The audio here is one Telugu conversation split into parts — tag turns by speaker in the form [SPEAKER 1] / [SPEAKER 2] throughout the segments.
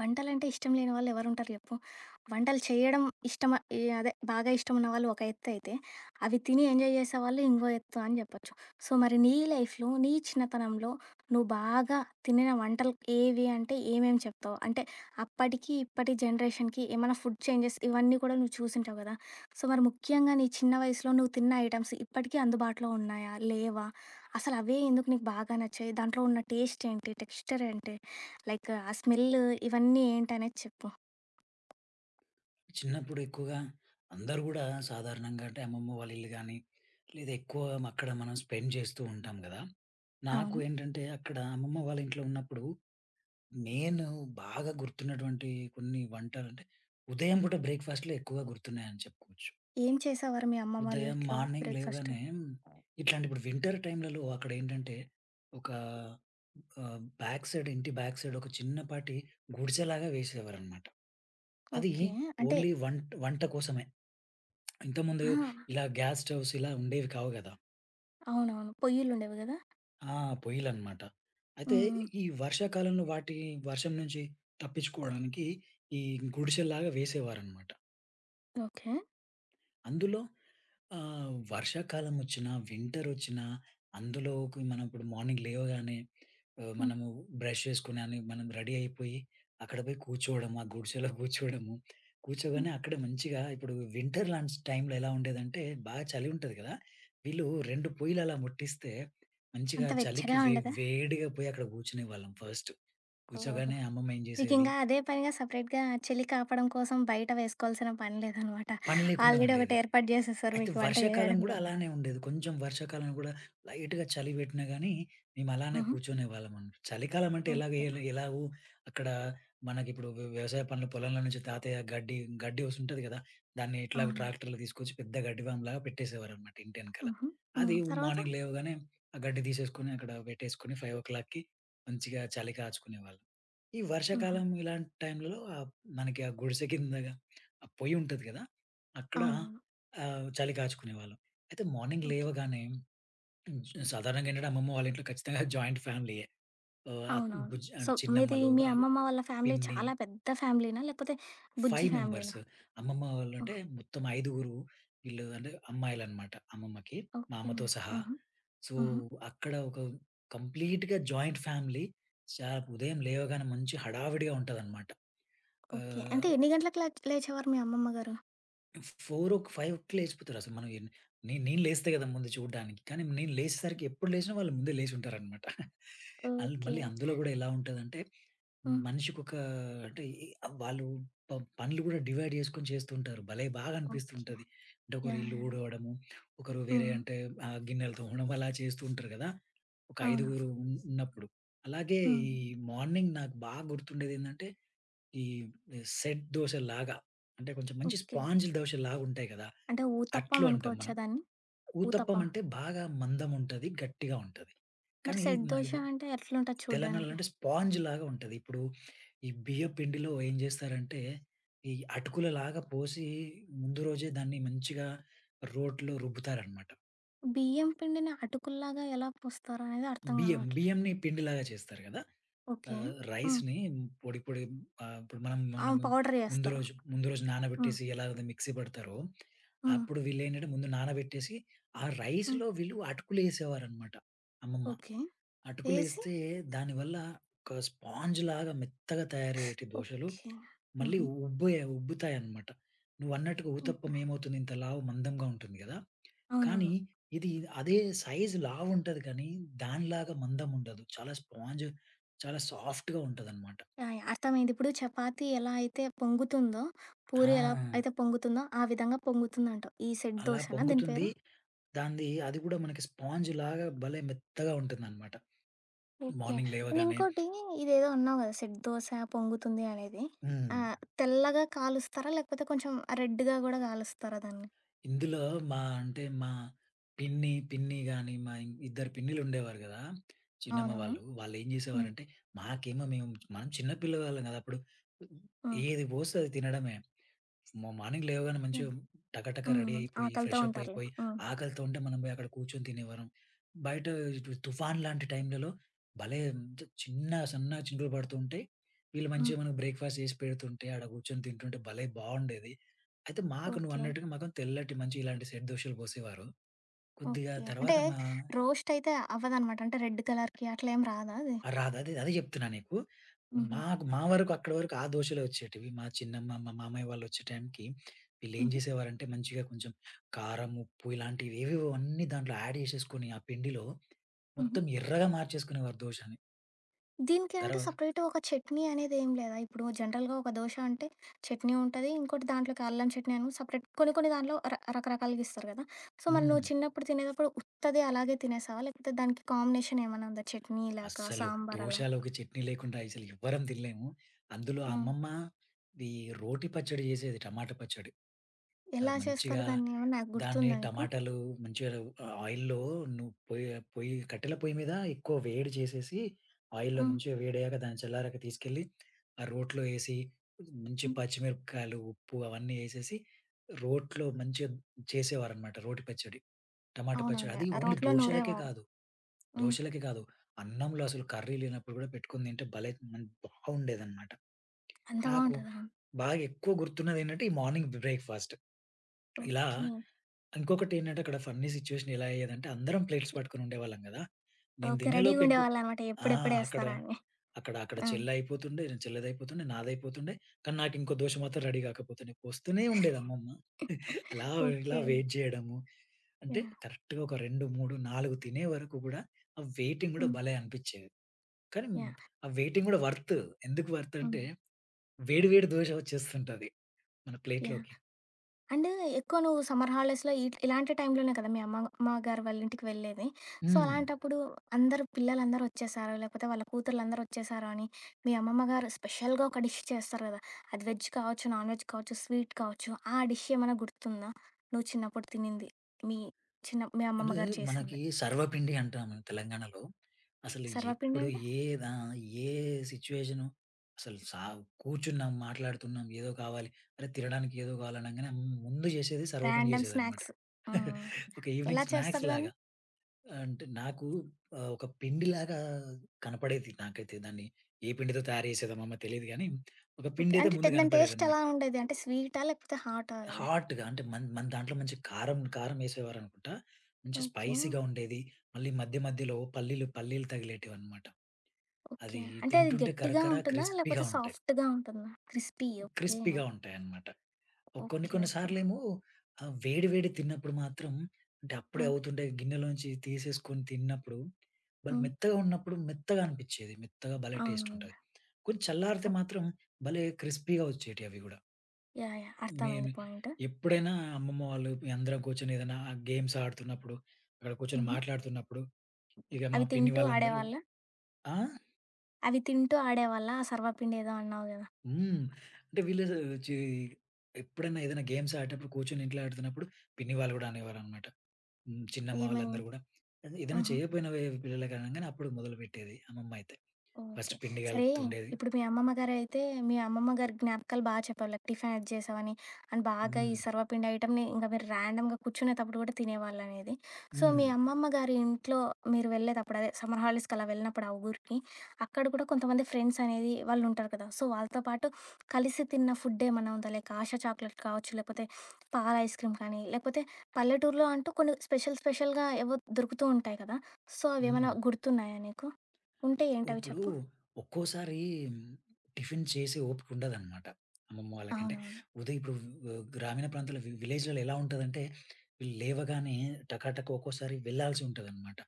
[SPEAKER 1] వంటలంటే ఇష్టం లేని వాళ్ళు ఎవరుంటారు చెప్పు? వంటలు చేయడం ఇష్టమ ఈ అదే బాగా ఇష్టమున్న వాళ్ళు ఒక ఎత్తు అయితే, అవి తిని ఎంజాయ్ చేసేవాళ్ళు ఇంకో ఎత్తు అని చెప్పొచ్చు. సో, మరి నీ లైఫ్‌లో, నీ చిన్నతనంలో నువ్వు బాగా తినిన వంటలు ఏవి? అంటే ఏమేమి చెప్తావు? అంటే అప్పటికి, ఇప్పటి జనరేషన్‌కి ఏమైనా ఫుడ్ చేంజెస్ ఇవన్నీ కూడా నువ్వు చూసుంటావు కదా! సో, మరి ముఖ్యంగా నీ చిన్న వయసులో నువ్వు తిన్న ఐటెమ్స్ ఇప్పటికీ అందుబాటులో ఉన్నాయా? లేవా? అసలు అవే ఎందుకు నీకు బాగా నచ్చాయి? దాంట్లో ఉన్న టేస్ట్ ఏంటి? టెక్స్చర్ ఏంటి? లైక్ ఆ స్మెల్ ఇవన్నీ ఏంటనేది చెప్పు.
[SPEAKER 2] చిన్నప్పుడు ఎక్కువగా అందరూ గూడా సాధారణంగా అంటే అమ్మమ్మ వాళ్ళ ఇల్లు గాని, లేదా ఎక్కువ అక్కడ మనం స్పెండ్ చేస్తూ ఉంటాం గదా! నాకు
[SPEAKER 1] అవును.
[SPEAKER 2] ఏంటంటే అక్కడ అమ్మమ్మ వాళ్ళ ఇంట్లో ఉన్నప్పుడు, నేను బాగా గుర్తున్నటువంటి కొన్ని వంటలంటే, ఉదయం పూట బ్రేక్‌ఫాస్ట్‌లో ఎక్కువగా గుర్తున్నాయని చెప్పుకోవచ్చు.
[SPEAKER 1] ఏం చేసేవారు మీ అమ్మమ్మ వాళ్ళ
[SPEAKER 2] ఉదయం
[SPEAKER 1] ఇంట్లో
[SPEAKER 2] మార్నింగ్
[SPEAKER 1] బ్రేక్‌ఫాస్ట్?
[SPEAKER 2] లేవగానే ఇట్లాంటి ఇప్పుడు వింటర్ టైమ్‌లలో అక్కడ ఏంటంటే, ఒక బ్యాక్ సైడ్ ఇంటి బ్యాక్ సైడ్ ఒక చిన్నపాటి గుడిసెలాగా వేసేవారనమాట. అది
[SPEAKER 1] ఓకే. అంటే
[SPEAKER 2] ఓన్లీ వంట కోసమే. ఇంతకుముందు
[SPEAKER 1] ఆ!
[SPEAKER 2] ఇలా గ్యాస్ స్టవ్స్ ఇలా ఉండేవి కావు గదా!
[SPEAKER 1] అవునవును. పొయ్యిలుండేవి గదా!
[SPEAKER 2] ఆ! పొయ్యిలనమాట.
[SPEAKER 1] హ్మ్.
[SPEAKER 2] అయితే
[SPEAKER 1] హ్మ్.
[SPEAKER 2] ఈ వర్షాకాలంలో వాటి వర్షం నుంచి తప్పించుకోవడానికి ఈ గుడిసెల్లాగా వేసేవారనమాట.
[SPEAKER 1] ఓకే.
[SPEAKER 2] అందులో ఆ! వర్షాకాలమొచ్చినా, వింటరొచ్చినా అందులోకి మనం ఇప్పుడు మార్నింగ్ లేవగానే
[SPEAKER 1] హ్మ్.
[SPEAKER 2] మనము బ్రష్ చేసుకొని అని మనం రెడీ అయిపోయి, అక్కడ పోయి కూర్చోవడం, ఆ గుడిసెలో కూర్చోవడము.
[SPEAKER 1] హ్మ్.
[SPEAKER 2] కూర్చోగానే అక్కడ మంచిగా ఇప్పుడు వింటర్ లాంటి టైంలో ఎలా ఉండేదంటే, బాగా చలి ఉంటది కదా! వీళ్ళు 2 పొయ్యిలలా ముట్టిస్తే, మంచిగా
[SPEAKER 1] అంత
[SPEAKER 2] చలికి
[SPEAKER 1] వెచ్చగా ఉండదా?
[SPEAKER 2] వేడిగా పోయి అక్కడ కూర్చునేవాళ్ళం ఫస్ట్.
[SPEAKER 1] ఓహో!
[SPEAKER 2] కూర్చోగానే అమ్మమ్మ ఏం చేసేది,
[SPEAKER 1] మీకింకా అదే పనిగా సెపరేట్‌గా చలి కాపడం కోసం బయట వేసుకోవాల్సిన పని లేదనమాట.
[SPEAKER 2] పని లేకుండా
[SPEAKER 1] ఆల్రెడీ ఒకటి
[SPEAKER 2] ఉండేది.
[SPEAKER 1] ఏర్పాటు జేసేసారు
[SPEAKER 2] అయితే
[SPEAKER 1] మీకు వంట
[SPEAKER 2] వర్షాకాలం గూడా
[SPEAKER 1] జేయడంలో.
[SPEAKER 2] అలానే ఉండేది. కొంచెం వర్షాకాలం గూడా లైట్‌గా చలి పెట్టినా గానీ, మేము అలానే
[SPEAKER 1] హుహు.
[SPEAKER 2] కూర్చునేవాళ్ళమండి. చలికాలం అంటే ఎలాగ
[SPEAKER 1] ఓకే.
[SPEAKER 2] ఎలాగో అక్కడ మనకిప్పుడు వ్యవసాయ పనులు పొలంలో నుంచి తాతయ్య గడ్డి, గడ్డి వస్తుంటది గదా! దాన్ని ఎట్లాగో
[SPEAKER 1] అవునవును.
[SPEAKER 2] ట్రాక్టర్‌లో తీసుకొచ్చి పెద్ద గడ్డివాములాగా పెట్టేసేవారనమాట ఇంటెనకాల.
[SPEAKER 1] హుహు. హ్మ్.
[SPEAKER 2] అది
[SPEAKER 1] తర్వాత?
[SPEAKER 2] మార్నింగ్ లేవగానే ఆ గడ్డి తీసేసుకొని అక్కడ పెట్టేసుకొని 5:00కి మంచిగా చలి కాచుకునేవాళ్ళం. ఈ
[SPEAKER 1] హుహు.
[SPEAKER 2] వర్షాకాలం ఇలాంటి టైంలలో మనకి ఆ గుడిసె కిందగా ఆ పొయ్యి ఉంటది కదా! అక్కడ
[SPEAKER 1] అవునవును.
[SPEAKER 2] చలి కాచుకునేవాళ్ళం. అయితే మార్నింగ్
[SPEAKER 1] ఓకే.
[SPEAKER 2] లేవగానే సాధారణంగా ఏంటంటే అమ్మమ్మ వాళ్ళ ఇంట్లో ఖచ్చితంగా జాయింట్ ఫ్యామిలీయే. ఆహ్,
[SPEAKER 1] అవునవును.
[SPEAKER 2] బుజ్జి
[SPEAKER 1] సో,
[SPEAKER 2] అంటే
[SPEAKER 1] మీది
[SPEAKER 2] చిన్నమ్మలు,
[SPEAKER 1] మీ అమ్మమ్మ వాళ్ళ ఫ్యామిలీ
[SPEAKER 2] పిన్ని
[SPEAKER 1] చాలా పెద్ద ఫ్యామిలీనా? లేకపోతే బుజ్జి
[SPEAKER 2] 5
[SPEAKER 1] ఫ్యామిలీనా?
[SPEAKER 2] మెంబర్స్. అమ్మమ్మ వాళ్ళు అంటే
[SPEAKER 1] ఓహ్!
[SPEAKER 2] మొత్తం ఐదుగురు వీళ్ళు అంటే అమ్మాయిలన్నమాట అమ్మమ్మకి, మా
[SPEAKER 1] ఓకే.
[SPEAKER 2] అమ్మతో సహా.
[SPEAKER 1] ఆహా!
[SPEAKER 2] సో,
[SPEAKER 1] హుహు.
[SPEAKER 2] అక్కడ ఒక కంప్లీట్‌గా జాయింట్ ఫ్యామిలీ. ఉదయం లేవగానే మంచి హడావిడిగా ఉంటదన్నమాట.
[SPEAKER 1] ఓకే. అంటే
[SPEAKER 2] ఆహ్
[SPEAKER 1] ఎన్ని గంటలకు లేచేవారు మీ అమ్మమ్మ గారు?
[SPEAKER 2] ఫోర్ ఒక 5కి లేచిపోతారసలు. మనం నేను లేస్తే కదా ముందు చూడ్డానికి. కానీ నేను లేచేసరికి ఎప్పుడు లేచినా వాళ్ళు ముందే లేచుంటారనమాట. ఆళ్ళు
[SPEAKER 1] ఓకే.
[SPEAKER 2] మళ్ళీ అందులో గూడా ఎలా ఉంటదంటే,
[SPEAKER 1] హ్మ్.
[SPEAKER 2] మనిషికొక అంటే వాళ్ళు ప పనులు గూడా డివైడ్ జేసుకొని చేస్తుంటారు. భలే బాగా
[SPEAKER 1] ఓకే.
[SPEAKER 2] అనిపిస్తుంటది. అంటే ఒకరు
[SPEAKER 1] యాహ్!
[SPEAKER 2] ఇల్లు
[SPEAKER 1] యాహ్!
[SPEAKER 2] ఊడవడము, ఒకరు వేరే
[SPEAKER 1] హ్మ్.
[SPEAKER 2] అంటే గిన్నెలు తోమడం అలా చేస్తూ ఉంటారు గదా! ఒక ఐదుగురు
[SPEAKER 1] అవునవును.
[SPEAKER 2] ఉన్నప్పుడు. అలాగే
[SPEAKER 1] హ్మ్.
[SPEAKER 2] ఈ మార్నింగ్ నాకు బాగా గుర్తుండేదేందంటే ఈ సెట్ దోసెలాగా అంటే కొంచెం మంచి
[SPEAKER 1] ఓకే.
[SPEAKER 2] స్పాంజిల దోసెలాగా ఉంటాయి కదా!
[SPEAKER 1] అంటే ఊతప్పం
[SPEAKER 2] అట్లు అంటాం మనం.
[SPEAKER 1] అనుకోవచ్చా దాన్ని?
[SPEAKER 2] ఊతప్పం
[SPEAKER 1] ఊతప్పం.
[SPEAKER 2] అంటే బాగా మందం ఉంటది. గట్టిగా ఉంటది.
[SPEAKER 1] మరి
[SPEAKER 2] కానీ
[SPEAKER 1] సెట్ దోశ
[SPEAKER 2] మనకిప్పుడు
[SPEAKER 1] అంటే ఎట్లుంటది
[SPEAKER 2] తెలంగాణలో
[SPEAKER 1] చూడ్డానికి?
[SPEAKER 2] అంటే స్పాంజ్‌లాగా ఉంటది. ఇప్పుడు ఈ బియ్యపు పిండిలో ఏం జేస్తారంటే ఈ అటుకులలాగా పోసి ముందు రోజే దాన్ని మంచిగా రోట్లో రుబ్బుతారనమాట.
[SPEAKER 1] బియ్యం పిండిని అటుకుల్లాగా ఎలా పోస్తారు అనేది అర్థం కావట్లే.
[SPEAKER 2] బియ్యంని పిండిలాగా చేస్తారు గదా!
[SPEAKER 1] ఓకే. హ్మ్.
[SPEAKER 2] రైస్‌ని పొడి పొడి ఇప్పుడు మనం
[SPEAKER 1] ఆ!
[SPEAKER 2] మనం
[SPEAKER 1] పౌడర్
[SPEAKER 2] ముందు
[SPEAKER 1] చేస్తారు.
[SPEAKER 2] రోజు ముందు రోజు
[SPEAKER 1] హ్మ్.
[SPEAKER 2] నానబెట్టేసి ఎలాగైతే మిక్సీ పడతారో,
[SPEAKER 1] హ్మ్.
[SPEAKER 2] అప్పుడు వీళ్ళేంటంటే ముందు నానబెట్టేసి, ఆ
[SPEAKER 1] హ్మ్.
[SPEAKER 2] రైస్‌లో వీళ్ళు అటుకులేసేవారనమాట అమ్మమ్మ.
[SPEAKER 1] ఓకే. వేసి
[SPEAKER 2] అటుకులేస్తే దానివల్ల ఒక స్పాంజ్‌లాగా మెత్తగా తయారయ్యేటి దోసలు
[SPEAKER 1] ఓకే.
[SPEAKER 2] మళ్ళీ
[SPEAKER 1] హుహు.
[SPEAKER 2] ఉబ్బుతాయనమాట. నువ్వన్నట్టుగా ఊతప్పం
[SPEAKER 1] ఓకే.
[SPEAKER 2] ఏమవుతుంది ఇంత లావు మందంగా ఉంటుంది గదా!
[SPEAKER 1] అవునవును.
[SPEAKER 2] కానీ ఇది అదే సైజ్ లావుంటది కానీ, దానిలాగా మందముండదు. చాలా చాలా సాఫ్ట్‌గా ఉంటదనమాట.
[SPEAKER 1] యాహ్! యాహ్! అర్థమైంది. ఇప్పుడు చపాతీ ఎలా అయితే పొంగుతుందో,
[SPEAKER 2] ఆ!
[SPEAKER 1] పూరి ఎలా అయితే పొంగుతుందో, ఆ విధంగా పొంగుతుందంటావు. ఈ సెట్
[SPEAKER 2] అలా
[SPEAKER 1] దోసనా దీని
[SPEAKER 2] పొంగుతుంది.
[SPEAKER 1] పేరు?
[SPEAKER 2] దానిది అది కూడా మనకి స్పాంజ్‌లాగా భలే మెత్తగా ఉంటుందనమాట.
[SPEAKER 1] ఓకే.
[SPEAKER 2] మార్నింగ్
[SPEAKER 1] అండ్
[SPEAKER 2] లేవగానే
[SPEAKER 1] ఇంకోటి ఇదేదో అన్నావు గదా! సెట్ దోస పొంగుతుంది అనేది.
[SPEAKER 2] హ్మ్.
[SPEAKER 1] తెల్లగా కాలుస్తారా? లేకపోతే కొంచెం రెడ్‌గా గూడా కాలుస్తారా దాన్ని?
[SPEAKER 2] ఇందులో మా అంటే మా పిన్ని గాని మా ఇద్దరు పిన్నిలుండేవారు గదా! చిన్నమ్మ
[SPEAKER 1] అవునవును.
[SPEAKER 2] వాళ్ళు. వాళ్ళేం
[SPEAKER 1] హ్మ్.
[SPEAKER 2] జేసేవారంటే, మాకేమో మేము మనం చిన్న పిల్లవాళ్ళం గదా! అప్పుడు
[SPEAKER 1] హ్మ్.
[SPEAKER 2] ఏది పోస్తే అది తినడమే. మా మార్నింగ్ లేవగానే
[SPEAKER 1] హ్మ్.
[SPEAKER 2] మంచిగా టకటక రెడీ
[SPEAKER 1] హ్మ్.
[SPEAKER 2] అయిపోయి,
[SPEAKER 1] ఆకలితో
[SPEAKER 2] ఫ్రెషప్
[SPEAKER 1] ఉంటారులే.
[SPEAKER 2] అయిపోయి,
[SPEAKER 1] హ్మ్.
[SPEAKER 2] ఆకలితో ఉంటే మనం పోయి అక్కడ కూర్చొని తినేవారం. బయట ఇటు తుఫాన్ లాంటి టైంలలో భలే చిన్న సన్న చినుకులు పడుతుంటాయి. వీళ్ళు
[SPEAKER 1] హ్మ్.
[SPEAKER 2] మంచిగా మనకు బ్రేక్‌ఫాస్ట్ చేసి పెడుతుంటే, ఆడ కూర్చొని తింటుంటే భలే బావుండేది. అయితే మాకు
[SPEAKER 1] ఓకే.
[SPEAKER 2] నువ్వన్నట్టుగా మాకు తెల్లటి మంచి ఇలాంటి సెట్ దోశలు పోసేవారు. కొద్దిగా
[SPEAKER 1] ఓకే. అంటే
[SPEAKER 2] తర్వాత మా
[SPEAKER 1] రోస్ట్ అయితే అవ్వదనమాట. అంటే రెడ్ కలర్‌కి అట్లా ఏం రాదా అది?
[SPEAKER 2] ఆ రాదు. అదే చెప్తున్నా నీకు.
[SPEAKER 1] హుహు.
[SPEAKER 2] మాకు మా వరకు అక్కడి వరకు ఆ దోశలే వచ్చేటివి. మా చిన్నమ్మ, మా మామయ్య వాళ్ళొచ్చే టైంకి వీళ్ళేం
[SPEAKER 1] హ్మ్.
[SPEAKER 2] చేసేవారంటే మంచిగా కొంచెం కారం, ఉప్పు ఇలాంటివి ఏవేవో అన్నీ దాంట్లో యాడ్ చేసేసుకొని ఆ పిండిలో
[SPEAKER 1] హుహు.
[SPEAKER 2] మొత్తం ఎర్రగా మార్చేసుకునేవారు దోసని.
[SPEAKER 1] దీనికి అంటే
[SPEAKER 2] తర్వా
[SPEAKER 1] సెపరేట్‌గా ఒక చట్నీ అనేది ఏం లేదా? ఇప్పుడు జనరల్‌గా ఒక దోస అంటే చట్నీ ఉంటది. ఇంకోటి దాంట్లోకి అల్లం చట్నీ అని సెపరేట్ కొన్ని కొన్ని దాంట్లో రకరకాలుగా ఇస్తారు కదా! సో, మరి
[SPEAKER 2] హ్మ్.
[SPEAKER 1] నువ్వు చిన్నప్పుడు తినేటప్పుడు ఉత్తది అలాగే తినేసావా? లేకపోతే దానికి కాంబినేషన్ ఏమన్నా ఉందా? చట్నీ లాగా,
[SPEAKER 2] అస్సలు
[SPEAKER 1] సాంబార్ అలా?
[SPEAKER 2] దోసలోకి చట్నీ లేకుండా అసలు ఎవ్వరం తినలేము. అందులో ఆ
[SPEAKER 1] హ్మ్.
[SPEAKER 2] అమ్మమ్మ ఈ రోటి పచ్చడి చేసేది టమాటా పచ్చడి.
[SPEAKER 1] ఎలా చేస్తారు
[SPEAKER 2] మంచిగా
[SPEAKER 1] దాన్ని? ఏమన్నా నాకు
[SPEAKER 2] దాన్ని
[SPEAKER 1] గుర్తుందా నీకు?
[SPEAKER 2] టమాటాలు మంచిగా ఆయిల్‌లో నువ్వు పొయ్యి పొయ్యి కట్టెల పొయ్యి మీద ఎక్కువ వేడి చేసేసి, ఆయిల్‌లో
[SPEAKER 1] హ్మ్.
[SPEAKER 2] మంచిగా వేడయ్యాక దాన్ని చల్లారాక తీసుకెళ్ళి, ఆ రోట్లో ఏసి, మంచి
[SPEAKER 1] హ్మ్.
[SPEAKER 2] పచ్చిమిరపకాయలు, ఉప్పు అవన్నీ ఏసేసి, రోట్లో మంచిగా చేసేవారనమాట. రోటి పచ్చడి. టమాటా పచ్చడి.
[SPEAKER 1] అవునవునులే.
[SPEAKER 2] అది ఓన్లీ
[SPEAKER 1] రోట్లో నూరేవారు. హ్మ్.
[SPEAKER 2] దోసలకే కాదు, అన్నంలో అసలు కర్రీ లేనప్పుడు గూడా పెట్టుకొని తింటే భలే! మన్ బావుండేదనమాట.
[SPEAKER 1] అంత
[SPEAKER 2] నాకు
[SPEAKER 1] బావుంటదా?
[SPEAKER 2] బాగా ఎక్కువ గుర్తున్నదేంటంటే, ఈ మార్నింగ్ బ్రేక్‌ఫాస్ట్. ఇలా
[SPEAKER 1] ఓకే.
[SPEAKER 2] ఇంకొకటేంటంటే, అక్కడ ఫన్నీ సిట్యుయేషన్ ఎలా అయ్యేదంటే, అందరం ప్లేట్స్ పట్టుకొని ఉండేవాళ్ళం గదా! నేను
[SPEAKER 1] ఓకే. రెడీగా
[SPEAKER 2] తినేలోపు ఇంకొక
[SPEAKER 1] ఉండేవాళ్ళనమాట
[SPEAKER 2] ఆ!
[SPEAKER 1] ఎప్పుడెప్పుడు
[SPEAKER 2] అక్కడ,
[SPEAKER 1] ఏస్తారా అని.
[SPEAKER 2] అక్కడ
[SPEAKER 1] ఆ!
[SPEAKER 2] చెల్లయిపోతుండే, చెల్లెదయిపోతుండే, నాదయిపోతుండే. కానీ నాకు ఇంకో దోశ మాత్రం రెడీ కాకపోతుండే. పోస్తూనే ఉండేది అమ్మమ్మ. అలా, ఇలా
[SPEAKER 1] ఓకే.
[SPEAKER 2] వెయిట్ జేయడము. అంటే
[SPEAKER 1] యాహ్!
[SPEAKER 2] కరెక్ట్‌గా ఒక 2, 3, 4 తినే వరకు గూడా, ఆ వెయిటింగ్ గూడా
[SPEAKER 1] హ్మ్.
[SPEAKER 2] భలే అనిపిచ్చేది. కానీ
[SPEAKER 1] యాహ్!
[SPEAKER 2] ఆ వెయిటింగ్ గూడా వర్త్. ఎందుకు వర్త్
[SPEAKER 1] హ్మ్.
[SPEAKER 2] అంటే వేడి వేడి దోస వచ్చేస్తుంటది మన
[SPEAKER 1] యాహ్!
[SPEAKER 2] ప్లేట్‌లోకి.
[SPEAKER 1] అండ్ ఎక్కువ నువ్వు సమ్మర్ హాలిడేస్‌లో ఇలాంటి టైంలోనే కదా! మీ అమ్మగారు వాళ్ళ ఇంటికి వెళ్ళేది. సో,
[SPEAKER 2] హ్మ్.
[SPEAKER 1] అలాంటప్పుడు పిల్లలందరూ వచ్చేసారు, లేకపోతే వాళ్ళ కూతుర్లందరూ వచ్చేసారు అని మీ అమ్మమ్మ గారు స్పెషల్‌గా ఒక డిష్ చేస్తారు కదా! అది వెజ్ కావచ్చు, నాన్ వెజ్ కావచ్చు, స్వీట్ కావచ్చు. ఆ డిష్ ఏమైనా గుర్తుందా? నువ్వు చిన్నప్పుడు తినింది. మీ మీ అమ్మమ్మ
[SPEAKER 2] అంటే
[SPEAKER 1] గారు చేసింది.
[SPEAKER 2] మనకి సర్వపిండి అంటాం మనం తెలంగాణలో. అసలు
[SPEAKER 1] సర్వపిండి
[SPEAKER 2] ఎప్పుడు
[SPEAKER 1] అంటే
[SPEAKER 2] ఏదా ఏ సిట్యుయేషను అసలు సా కూర్చున్నాం, మాట్లాడుతున్నాం, ఏదో కావాలి. అరే! తినడానికి ఏదో కావాలనంగానే ముందు చేసేది సర్వపిండి
[SPEAKER 1] ర్యాండమ్
[SPEAKER 2] చేసేదనమాట.
[SPEAKER 1] స్నాక్స్. హ్మ్.
[SPEAKER 2] ఒక ఈవినింగ్
[SPEAKER 1] ఎలా
[SPEAKER 2] స్నాక్స్
[SPEAKER 1] చేస్తారు దాన్ని?
[SPEAKER 2] లాగా. అంటే నాకు ఒక పిండిలాగా కనపడేది నాకైతే దాన్ని ఏ పిండితో తయారు చేసేదో మా అమ్మ తెలీదు గానీ, ఒక
[SPEAKER 1] ఓకే.
[SPEAKER 2] పిండి అయితే
[SPEAKER 1] అంటే
[SPEAKER 2] ముందు
[SPEAKER 1] దాని టేస్ట్
[SPEAKER 2] కనపడేదనమాట.
[SPEAKER 1] ఎలా ఉండేది? అంటే స్వీటా? లేకపోతే హాటా అది?
[SPEAKER 2] హాట్‌గా అంటే మన మన దాంట్లో మంచి కారం కారం ఏసేవారనుకుంటా. మంచి
[SPEAKER 1] ఓకే.
[SPEAKER 2] స్పైసీగా ఉండేది. మళ్ళీ మధ్య మధ్యలో పల్లీలు పల్లీలు తగిలేటివన్నమాట.
[SPEAKER 1] ఓకే.
[SPEAKER 2] అది
[SPEAKER 1] అంటే అది
[SPEAKER 2] తింటుంటే
[SPEAKER 1] గట్టిగా
[SPEAKER 2] కరకర
[SPEAKER 1] ఉంటుందా?
[SPEAKER 2] క్రిస్పీగా
[SPEAKER 1] లేకపోతే
[SPEAKER 2] ఉంటాయి.
[SPEAKER 1] సాఫ్ట్‌గా ఉంటుందా? Crispy okay.
[SPEAKER 2] క్రిస్పీగా ఉంటాయన్నమాట. కొన్ని
[SPEAKER 1] ఓకే.
[SPEAKER 2] కొన్ని
[SPEAKER 1] ఓకే.
[SPEAKER 2] సార్లేమో వేడి వేడి తిన్నప్పుడు మాత్రం అంటే అప్పుడే
[SPEAKER 1] హ్మ్.
[SPEAKER 2] అవుతుంటే గిన్నెలోంచి తీసేసుకొని తిన్నప్పుడు భలే
[SPEAKER 1] హ్మ్.
[SPEAKER 2] మెత్తగా ఉన్నప్పుడు మెత్తగా అనిపిచ్చేది. మెత్తగా భలే టేస్ట్ ఉంటది.
[SPEAKER 1] అవునవునులే.
[SPEAKER 2] కొంచెం చల్లారితే
[SPEAKER 1] ఓహ్!
[SPEAKER 2] మాత్రం భలే క్రిస్పీగా వచ్చేటివి అవి గూడా.
[SPEAKER 1] యాహ్! యాహ్!
[SPEAKER 2] నేను
[SPEAKER 1] అర్థమైంది పాయింట్.
[SPEAKER 2] ఎప్పుడైనా అమ్మమ్మ వాళ్ళు అందరం కూర్చొని ఏదైనా గేమ్స్ ఆడుతున్నప్పుడు, అక్కడ కూర్చొని
[SPEAKER 1] హుహు.
[SPEAKER 2] మాట్లాడుతున్నప్పుడు, ఇక మా
[SPEAKER 1] అవి
[SPEAKER 2] పిన్ని
[SPEAKER 1] తింటూ
[SPEAKER 2] వాళ్ళందరూ
[SPEAKER 1] ఆడేవాళ్ళా?
[SPEAKER 2] ఆ!
[SPEAKER 1] అవి తింటూ ఆడేవాళ్ళా ఆ సర్వపిండి ఏదో అన్నావు గదా!
[SPEAKER 2] హ్మ్. అంటే వీళ్ళు చి ఎప్పుడైనా ఏదైనా గేమ్స్ ఆడేటప్పుడు కూర్చొని ఇంట్లో ఆడుతున్నప్పుడు పిన్ని వాళ్ళు కూడా అనేవారనమాట. హ్మ్. చిన్నమ్మ
[SPEAKER 1] ఏమని?
[SPEAKER 2] వాళ్ళందరూ కూడా అది ఏదైనా
[SPEAKER 1] ఆహా!
[SPEAKER 2] చేయకపోయినవే పిల్లలకి అనంగానే అప్పుడు మొదలుపెట్టేది అమ్మమ్మ అయితే.
[SPEAKER 1] ఓకే.
[SPEAKER 2] ఫస్ట్ పిండి
[SPEAKER 1] సరే
[SPEAKER 2] కలుపుతుండేది.
[SPEAKER 1] ఇప్పుడు మీ అమ్మమ్మ గారైతే, మీ అమ్మమ్మ గారి జ్ఞాపకాలు చెప్పారు. లైక్ టిఫిన్ అది చేసావని, అండ్ బాగా ఈ
[SPEAKER 2] హ్మ్.
[SPEAKER 1] సర్వపిండి ఐటెమ్‌ని ఇంక మీరు ర్యాండమ్‌గా కూర్చునేతప్పుడు కూడా తినేవాళ్ళనేది. సో, మీ
[SPEAKER 2] హ్మ్.
[SPEAKER 1] అమ్మమ్మ గారి ఇంట్లో మీరు వెళ్ళేతప్పుడు, అదే సమ్మర్ హాలిడేస్‌కి అలా వెళ్ళినప్పుడు ఆ ఊరికి, అక్కడ కూడా కొంతమంది ఫ్రెండ్స్ అనేది వాళ్ళుంటారు కదా! సో, వాళ్ళతో పాటు కలిసి తిన్న ఫుడ్డేమన్నా ఉందా? లైక్ చాక్లెట్ కావచ్చు, లేకపోతే పాల ఐస్ క్రీమ్ కానీ, లేకపోతే పల్లెటూరులో అంటూ కొన్ని స్పెషల్‌గా ఏవో దొరుకుతూ ఉంటాయి కదా! సో, అవేమన్నా
[SPEAKER 2] హ్మ్.
[SPEAKER 1] గుర్తున్నాయా నీకు? ఉంటే ఏంటవి
[SPEAKER 2] ఇప్పుడు
[SPEAKER 1] చెప్పు?
[SPEAKER 2] ఒక్కోసారి టిఫిన్ చేసే ఓపిక ఉండదనమాట. అమ్మమ్మ వాళ్ళకంటే,
[SPEAKER 1] అవునవును.
[SPEAKER 2] ఉదయం ఇప్పుడు గ్రామీణ ప్రాంతాల్లో విలేజ్‌లలో ఎలా ఉంటదంటే, వీళ్ళు లేవగానే టకాటక ఒక్కోసారి వెళ్ళాల్సి ఉంటదనమాట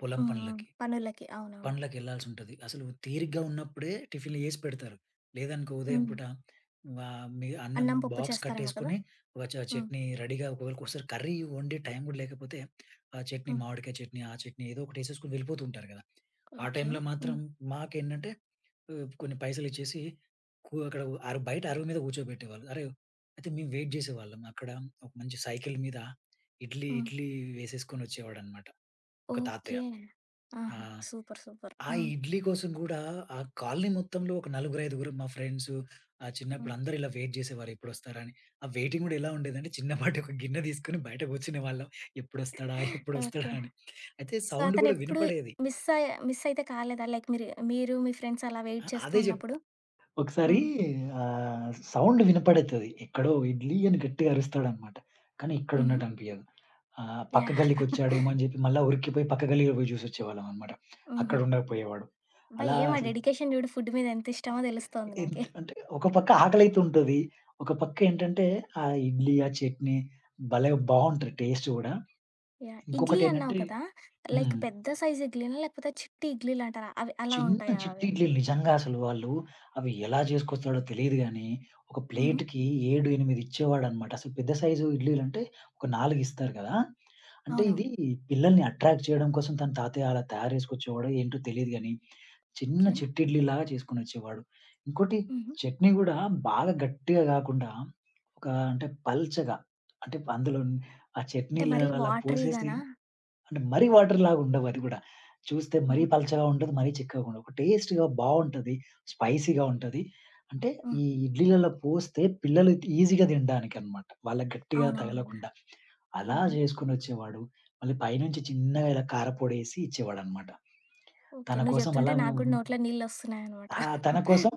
[SPEAKER 2] పొలం
[SPEAKER 1] హ్మ్. హ్మ్.
[SPEAKER 2] పనులకి.
[SPEAKER 1] పనులకి. అవునవును.
[SPEAKER 2] పనులకెళ్ళాల్సుంటది. అసలు తీరిగ్గా ఉన్నప్పుడే టిఫిన్‌లు చేసి పెడతారు. లేదనుకో ఉదయం
[SPEAKER 1] హ్మ్.
[SPEAKER 2] పూట వా మీ అన్నం
[SPEAKER 1] అన్నం, పప్పు
[SPEAKER 2] బాక్స్
[SPEAKER 1] చేస్తారేమో కదా!
[SPEAKER 2] కట్టేసుకొని ఒక
[SPEAKER 1] హ్మ్.
[SPEAKER 2] చట్నీ రెడీగా ఒకవేళ ఒకసారి కర్రీ వండే టైం కూడా లేకపోతే ఆ చట్నీ,
[SPEAKER 1] హ్మ్.
[SPEAKER 2] మామిడికాయ చట్నీ, ఆ చట్నీ ఏదో ఒకటి ఏసేసుకొని వెళ్ళిపోతూ ఉంటారు కదా! ఆ
[SPEAKER 1] ఓకే.
[SPEAKER 2] టైంలో మాత్రం
[SPEAKER 1] హ్మ్.
[SPEAKER 2] మాకేంటంటే కొన్ని పైసలిచ్చేసి అక్కడ బయట అరువు మీద కూర్చోబెట్టేవాళ్ళు. అరే! అయితే మేము వెయిట్ చేసేవాళ్ళం. అక్కడ ఒక మంచి సైకిల్ మీద
[SPEAKER 1] హ్మ్.
[SPEAKER 2] ఇడ్లీ వేసేసుకొనొచ్చేవాడన్నమాట ఒక
[SPEAKER 1] ఓకే.
[SPEAKER 2] తాతయ్య. ఆ!
[SPEAKER 1] ఆహా! సూపర్. సూపర్.
[SPEAKER 2] ఆ
[SPEAKER 1] హ్మ్.
[SPEAKER 2] ఇడ్లీ కోసం గూడా ఆ కాలనీ మొత్తంలో ఒక నలుగురైదుగురు మా ఫ్రెండ్సు
[SPEAKER 1] హ్మ్.
[SPEAKER 2] చిన్నప్పుడు అందరూ ఇలా వెయిట్ జేసేవారు ఎప్పుడొస్తారని. ఆ వెయిటింగ్ గూడా ఎలా ఉండేదంటే చిన్నపాటి ఒక గిన్నె తీసుకొని బయట కూర్చునేవాళ్ళం. ఎప్పుడొస్తాడా?
[SPEAKER 1] ఓకే.
[SPEAKER 2] అని. అయితే
[SPEAKER 1] సో,
[SPEAKER 2] సౌండ్ గూడా
[SPEAKER 1] అతనెప్పుడు
[SPEAKER 2] వినపడేది.
[SPEAKER 1] మిస్ అయితే కాలేదా? లైక్ మీరు మీరు మీ ఫ్రెండ్స్ అలా
[SPEAKER 2] అ
[SPEAKER 1] వెయిట్ చేస్తూ
[SPEAKER 2] అదే జెప్
[SPEAKER 1] ఉన్నప్పుడు?
[SPEAKER 2] ఒకసారి
[SPEAKER 1] హ్మ్.
[SPEAKER 2] సౌండ్ వినపడతది. ఎక్కడో ఇడ్లీ అని గట్టిగా అరుస్తాడనమాట. కానీ
[SPEAKER 1] హుహు.
[SPEAKER 2] ఇక్కడున్నట్టు అనిపియదు. పక్క
[SPEAKER 1] యాహ్!
[SPEAKER 2] గల్లీకొచ్చాడేమో అని జెప్పి మళ్ళా ఉరికిపోయి పక్క గల్లీలో పోయి జూసొచ్చేవాళ్ళమనమాట. అక్కడ
[SPEAKER 1] హుహు.
[SPEAKER 2] ఉండకపోయేవాడు.
[SPEAKER 1] అబ్బా!
[SPEAKER 2] అలా
[SPEAKER 1] ఏం ఆ
[SPEAKER 2] అసలు
[SPEAKER 1] డెడికేషన్ చూడు ఫుడ్ మీద ఎంత ఇష్టమో తెలుస్తోంది
[SPEAKER 2] ఎంత
[SPEAKER 1] నాకి.
[SPEAKER 2] అంటే ఒక పక్క ఆకలైతుంటది. ఒక పక్క ఏంటంటే, ఆ ఇడ్లీ, ఆ చట్నీ భలే బావుంటది టేస్ట్ గూడా.
[SPEAKER 1] యాహ్! ఇడ్లీ అన్నావు
[SPEAKER 2] ఇంకొకటేంటంటే
[SPEAKER 1] కదా! లైక్
[SPEAKER 2] హ్మ్.
[SPEAKER 1] పెద్ద సైజ్ ఇడ్లీనా? లేకపోతే చిట్టి ఇడ్లీలంటారా? అవి అలా
[SPEAKER 2] చిన్న
[SPEAKER 1] ఉంటాయా
[SPEAKER 2] చిట్టి
[SPEAKER 1] అవి?
[SPEAKER 2] ఇడ్లీలు నిజంగా అసలు వాళ్ళు అవి ఎలా జేసుకొస్తాడో తెలీదు గానీ, ఒక
[SPEAKER 1] హుహు.
[SPEAKER 2] ప్లేట్‌కి 7, 8 ఇచ్చేవాడనమాట. అసలు పెద్ద సైజు ఇడ్లీలంటే ఒక 4 ఇస్తారు గదా! అంటే ఇది
[SPEAKER 1] అవునవును.
[SPEAKER 2] పిల్లల్ని అట్రాక్ట్ చేయడం కోసం తన తాతయ్య అలా తయారు జేసుకొచ్చేవాడో ఏంటో తెలీదు గానీ చిన్న
[SPEAKER 1] ఓకే.
[SPEAKER 2] చిట్టిడ్లీలాగా చేసుకొనొచ్చేవాడు. ఇంకోటి
[SPEAKER 1] హుహు.
[SPEAKER 2] చట్నీ గూడా బాగా గట్టిగా గాకుండా, ఒక అంటే పల్చగా అంటే అందులో ఆ
[SPEAKER 1] అంటే
[SPEAKER 2] చట్నీలో
[SPEAKER 1] మరీ
[SPEAKER 2] అలా పోసేసి
[SPEAKER 1] వాటరీగానా?
[SPEAKER 2] అంటే మరీ వాటర్‌లాగా ఉండవవి గూడా. చూస్తే మరీ
[SPEAKER 1] హుహు.
[SPEAKER 2] పల్చగా ఉండదు, మరీ చిక్కగా ఉండదు. ఒక టేస్ట్‌గా బావుంటది. స్పైసీగా ఉంటది. అంటే
[SPEAKER 1] హ్మ్.
[SPEAKER 2] ఈ ఇడ్లీలలో పోస్తే పిల్లలు ఈజీగా తినడానికనమాట. వాళ్ళకి గట్టిగా
[SPEAKER 1] అవునవునులే.
[SPEAKER 2] తగలకుండా. అలా
[SPEAKER 1] హుహు.
[SPEAKER 2] చేసుకొనొచ్చేవాడు. మళ్ళీ పైనుంచి చిన్నగా ఇలా కారపొడేసి ఇచ్చేవాడనమాట.
[SPEAKER 1] ఓకే.
[SPEAKER 2] తన
[SPEAKER 1] నువ్వు
[SPEAKER 2] కోసం అలా
[SPEAKER 1] చెప్తుంటే నాకు
[SPEAKER 2] మేము
[SPEAKER 1] గూడా నోట్లో నీళ్ళొస్తున్నాయనమాట.
[SPEAKER 2] ఆ! తన కోసం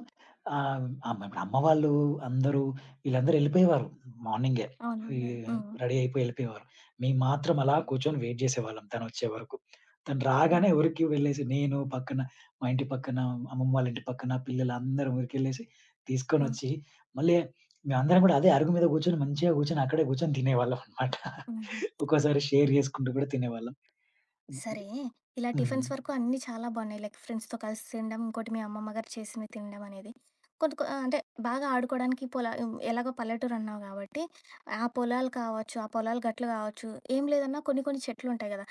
[SPEAKER 2] అమ్మ వాళ్ళు అందరూ వీళ్ళందరూ ఎళ్ళిపోయేవారు మార్నింగే. ఈ
[SPEAKER 1] అవునవునులే. హ్మ్.
[SPEAKER 2] రెడీ అయిపోయి ఎళ్ళిపోయేవారు. మేము మాత్రం అలా కూర్చొని వెయిట్ జేసేవాళ్ళం తనొచ్చే వరకు. తను రాగానే
[SPEAKER 1] హుహు.
[SPEAKER 2] ఉరికి వెళ్ళేసి నేను పక్కన మా ఇంటి పక్కన, అమ్మమ్మ వాళ్ళ ఇంటి పక్కన పిల్లలందరం ఉరికెళ్ళేసి
[SPEAKER 1] హ్మ్.
[SPEAKER 2] తీసుకొనొచ్చి మళ్ళీ మేమందరం గూడా అదే అరుగు మీద గూర్చొని మంచిగా గూర్చొని అక్కడే గూర్చొని తినేవాళ్ళం అన్నమాట.
[SPEAKER 1] హుహు.
[SPEAKER 2] ఒక్కోసారి షేర్ జేసుకుంటూ గూడా తినేవాళ్ళం.
[SPEAKER 1] సరే, ఇలా
[SPEAKER 2] హ్మ్.
[SPEAKER 1] టిఫిన్స్ వరకు అన్నీ చాలా బాగున్నాయి. లైక్ ఫ్రెండ్స్‌తో కలిసి తినడం, ఇంకోటి మీ అమ్మమ్మ గారు చేసినవి తినడం అనేది. కొంత కొ అంటే బాగా ఆడుకోవడానికి ఎలాగో పల్లెటూరు అన్నావు కాబట్టి, ఆ పొలాలు కావచ్చు, ఆ పొలాలు గట్లు కావచ్చు, ఏం లేదన్నా కొన్ని కొన్ని చెట్లుంటాయి కదా!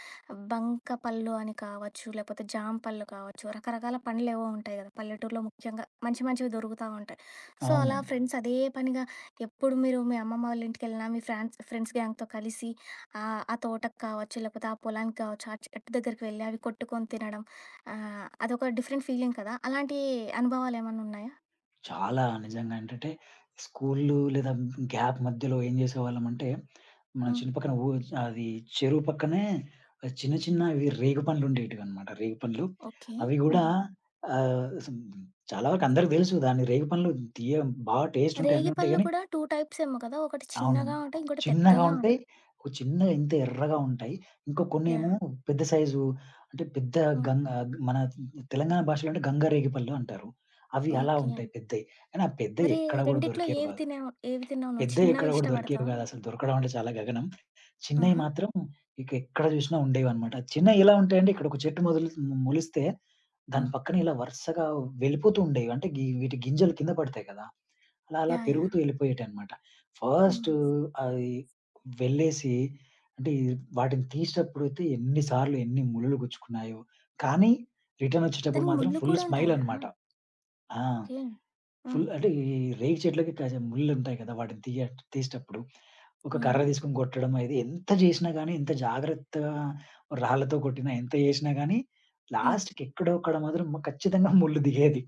[SPEAKER 1] బంక పళ్ళు అని కావచ్చు, లేకపోతే జామ పళ్ళు కావచ్చు, రకరకాల పండ్లేవో ఉంటాయి కదా! పల్లెటూరులో ముఖ్యంగా మంచి మంచివి దొరుకుతా ఉంటాయి. సో,
[SPEAKER 2] అవును.
[SPEAKER 1] అలా ఫ్రెండ్స్ అదే పనిగా ఎప్పుడు మీరు మీ అమ్మమ్మ వాళ్ళ ఇంటికెళ్ళినా, మీ ఫ్రెండ్స్ గ్యాంగ్‌తో కలిసి ఆ! ఆ తోటకి కావచ్చు, లేకపోతే ఆ పొలానికి కావచ్చు, ఆ చెట్టు దగ్గరికి వెళ్ళి అవి కొట్టుకొని తినడం. అదొక డిఫరెంట్ ఫీలింగ్ కదా! అలాంటి అనుభవాలేమన్నా ఉన్నాయా?
[SPEAKER 2] చాలా నిజంగా ఏంటంటే, స్కూలు లేదా గ్యాప్ మధ్యలో ఏం చేసేవాళ్ళమంటే, మన
[SPEAKER 1] హ్మ్.
[SPEAKER 2] చిన్న పక్కన అది చెరువు పక్కనే చిన్న చిన్నవి రేగు పండ్లుండేటివన్నమాట. రేగు పండ్లు.
[SPEAKER 1] ఓకే.
[SPEAKER 2] అవి గూడా
[SPEAKER 1] ఆహా!
[SPEAKER 2] ఆహ్, సం చాలా వరకు అందరికి తెలుసు. దాని రేగు పండ్లు తీయ బా టేస్ట్ ఉంటాయి. అన్నీ ఉంటాయి
[SPEAKER 1] రేగిపళ్ళు
[SPEAKER 2] గానీ,
[SPEAKER 1] కూడా 2 టైప్స్ ఏమో కదా! ఒకటి
[SPEAKER 2] అవును.
[SPEAKER 1] చిన్నగా ఉంటాయి. ఇంకోటి
[SPEAKER 2] చిన్నగా
[SPEAKER 1] పెద్దగా
[SPEAKER 2] ఉంటాయి.
[SPEAKER 1] ఉంటాయి.
[SPEAKER 2] ఒక చిన్నగా ఇంత ఎర్రగా ఉంటాయి. ఇంకా కొన్నేమో
[SPEAKER 1] యాహ్!
[SPEAKER 2] పెద్ద సైజు అంటే పెద్ద
[SPEAKER 1] హ్మ్.
[SPEAKER 2] గంగ మన తెలంగాణ భాషలో అంటే గంగరేగిపళ్ళు అంటారు. అవి అలా
[SPEAKER 1] ఓకే.
[SPEAKER 2] ఉంటాయి పెద్దయి. కానీ ఆ పెద్దయి
[SPEAKER 1] మరి
[SPEAKER 2] ఎక్కడ గూడా
[SPEAKER 1] రెండిట్లో
[SPEAKER 2] దొరికేవి గాదు.
[SPEAKER 1] ఏవి తిన్నావు నువ్వు?
[SPEAKER 2] పెద్దయి ఎక్కడ
[SPEAKER 1] చిన్నవి
[SPEAKER 2] గూడా దొరికేవి
[SPEAKER 1] ఇష్టపడతావా?
[SPEAKER 2] గాదు. అసలు దొరకడం అంటే చాలా గగనం. చిన్నయి
[SPEAKER 1] ఆహా!
[SPEAKER 2] మాత్రం ఇక ఎక్కడ చూసినా ఉండేవన్నమాట. చిన్నయి ఎలా ఉంటాయంటే ఇక్కడొక చెట్టు మొదలు మొలిస్తే దాని
[SPEAKER 1] హ్మ్.
[SPEAKER 2] పక్కన ఇలా వరుసగా వెళ్ళిపోతూ ఉండేవి. అంటే వీటి గింజలు కింద పడతాయి కదా! అలా అలా
[SPEAKER 1] యాహ్! యాహ్!
[SPEAKER 2] పెరుగుతూ వెళ్ళిపోయేటన్నమాట. ఫస్ట్
[SPEAKER 1] హుహు.
[SPEAKER 2] అది వెళ్ళేసి అంటే ఈ వాటిని తీసేటప్పుడైతే ఎన్ని సార్లు ఎన్ని ముల్లులు గుచ్చుకున్నాయో. కానీ రిటర్న్ వచ్చేటప్పుడు
[SPEAKER 1] దానికి
[SPEAKER 2] మాత్రం
[SPEAKER 1] ముళ్ళు
[SPEAKER 2] ఫుల్
[SPEAKER 1] కూడా
[SPEAKER 2] స్మైల్
[SPEAKER 1] ఉంటాయా?
[SPEAKER 2] అన్నమాట. ఆ!
[SPEAKER 1] ఓకే. హ్మ్.
[SPEAKER 2] ఫుల్ అంటే ఈ రేగి చెట్లకి కాసే ముళ్ళుంటాయి కదా! వాటిని తీసేటప్పుడు ఒక కర్ర
[SPEAKER 1] హుహు.
[SPEAKER 2] తీసుకొని కొట్టడం అది ఎంత జేసినా గానీ, ఎంత జాగ్రత్తగా రాళ్ళతో కొట్టినా, ఎంత జేసినా గానీ,
[SPEAKER 1] హ్మ్.
[SPEAKER 2] లాస్ట్‌కి ఎక్కడో అక్కడ మాత్రం ఖచ్చితంగా ముళ్ళు దిగేది.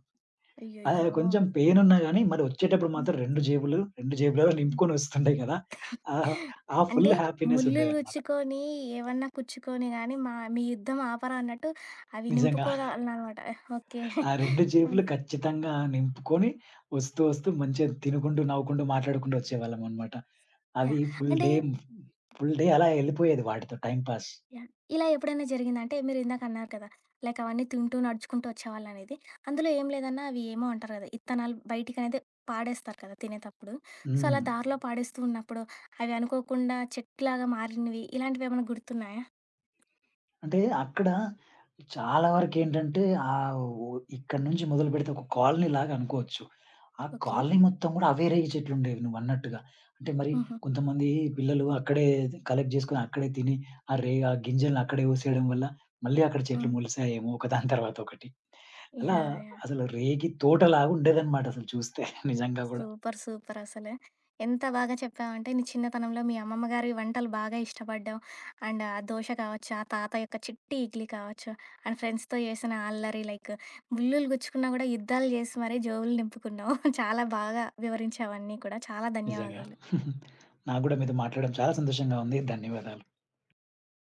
[SPEAKER 1] అయ్యయ్యో!
[SPEAKER 2] కొంచెం పెయిన్ ఉన్నా గానీ, మరి వచ్చేటప్పుడు
[SPEAKER 1] హ్మ్.
[SPEAKER 2] మాత్రం 2 జేబులలో నింపుకొని వస్తుండే కదా! ఆహ్, ఆ
[SPEAKER 1] అంటే
[SPEAKER 2] ఫుల్ హ్యాపీనెస్
[SPEAKER 1] ముల్లులు
[SPEAKER 2] ఉండేదన్నమాట.
[SPEAKER 1] గుచ్చుకొని, ఏవన్నా కుచ్చుకొని గానీ, మా మీ యుద్ధం ఆపరా అన్నట్టు అవి
[SPEAKER 2] నిజంగా.
[SPEAKER 1] నింపుకోవాలనమాట. ఓకే.
[SPEAKER 2] ఆ 2 జేబులు
[SPEAKER 1] హ్మ్.
[SPEAKER 2] ఖచ్చితంగా నింపుకొని వస్తూ, వస్తూ మంచిగా తినుకుంటూ, నవ్వుకుంటూ, మాట్లాడుకుంటూ వచ్చేవాళ్ళమనమాట. అవి
[SPEAKER 1] యాహ్! అంటే
[SPEAKER 2] ఫుల్ డే అలా ఎళ్ళిపోయేది వాటితో టైమ్ పాస్.
[SPEAKER 1] యాహ్! ఇలా ఎప్పుడైనా జరిగిందా? అంటే మీరు ఇందాకన్నారు కదా! లైక్ అవన్నీ తింటూ, నడుచుకుంటూ వచ్చేవాళ్ళనేది. అందులో ఏం లేదన్నా అవి ఏమో అంటారు కదా! ఇత్తనాలు బయటికనేది పాడేస్తారు కదా! తినేతప్పుడు. సో,
[SPEAKER 2] హ్మ్.
[SPEAKER 1] అలా దారిలో పాడేస్తూ ఉన్నప్పుడు, అవి అనుకోకుండా చెట్టులాగా మారినవి, ఇలాంటివేమన్నా గుర్తున్నాయా?
[SPEAKER 2] అంటే అక్కడ చాలా వరకేంటంటే ఆహ్, ఓ ఇక్కడి నుంచి మొదలుపెడితే ఒక కాలనీలాగా అనుకోవచ్చు. ఆ
[SPEAKER 1] ఓకే.
[SPEAKER 2] కాలనీ మొత్తం గూడా అవే రేగి చెట్లుండేవి నువ్వన్నట్టుగా. అంటే మరి
[SPEAKER 1] హుహు.
[SPEAKER 2] కొంతమంది పిల్లలు అక్కడే కలెక్ట్ చేసుకొని అక్కడే తిని ఆ గింజలను అక్కడే ఊసేయడం వల్ల మళ్ళీ అక్కడ చెట్లు
[SPEAKER 1] హ్మ్.
[SPEAKER 2] మొలిసాయేమో ఒకదాని తర్వాత ఒకటి. అలా
[SPEAKER 1] యాహ్! యాహ్!
[SPEAKER 2] అసలు రేగి తోటలాగా ఉండేదన్నమాట అసలు చూస్తే నిజంగా గూడా.
[SPEAKER 1] సూపర్! సూపర్! అసలు. ఎంత బాగా చెప్పావంటే నీ చిన్నతనంలో మీ అమ్మమ్మ గారి వంటలు బాగా ఇష్టపడ్డావు. అండ్ ఆ దోస కావచ్చు, ఆ తాత యొక్క చిట్టి ఇడ్లీ కావచ్చు, అండ్ ఫ్రెండ్స్‌తో చేసిన అల్లరి లైక్ ముల్లులు గుచ్చుకున్నా కూడా యుద్ధాలు చేసి మరీ జేబులు నింపుకున్నావు. చాలా బాగా వివరించావు అన్నీ కూడా. చాలా
[SPEAKER 2] నిజంగా.
[SPEAKER 1] ధన్యవాదాలు.
[SPEAKER 2] నాకు గూడా మీతో మాట్లాడడం చాలా సంతోషంగా ఉంది. ధన్యవాదాలు.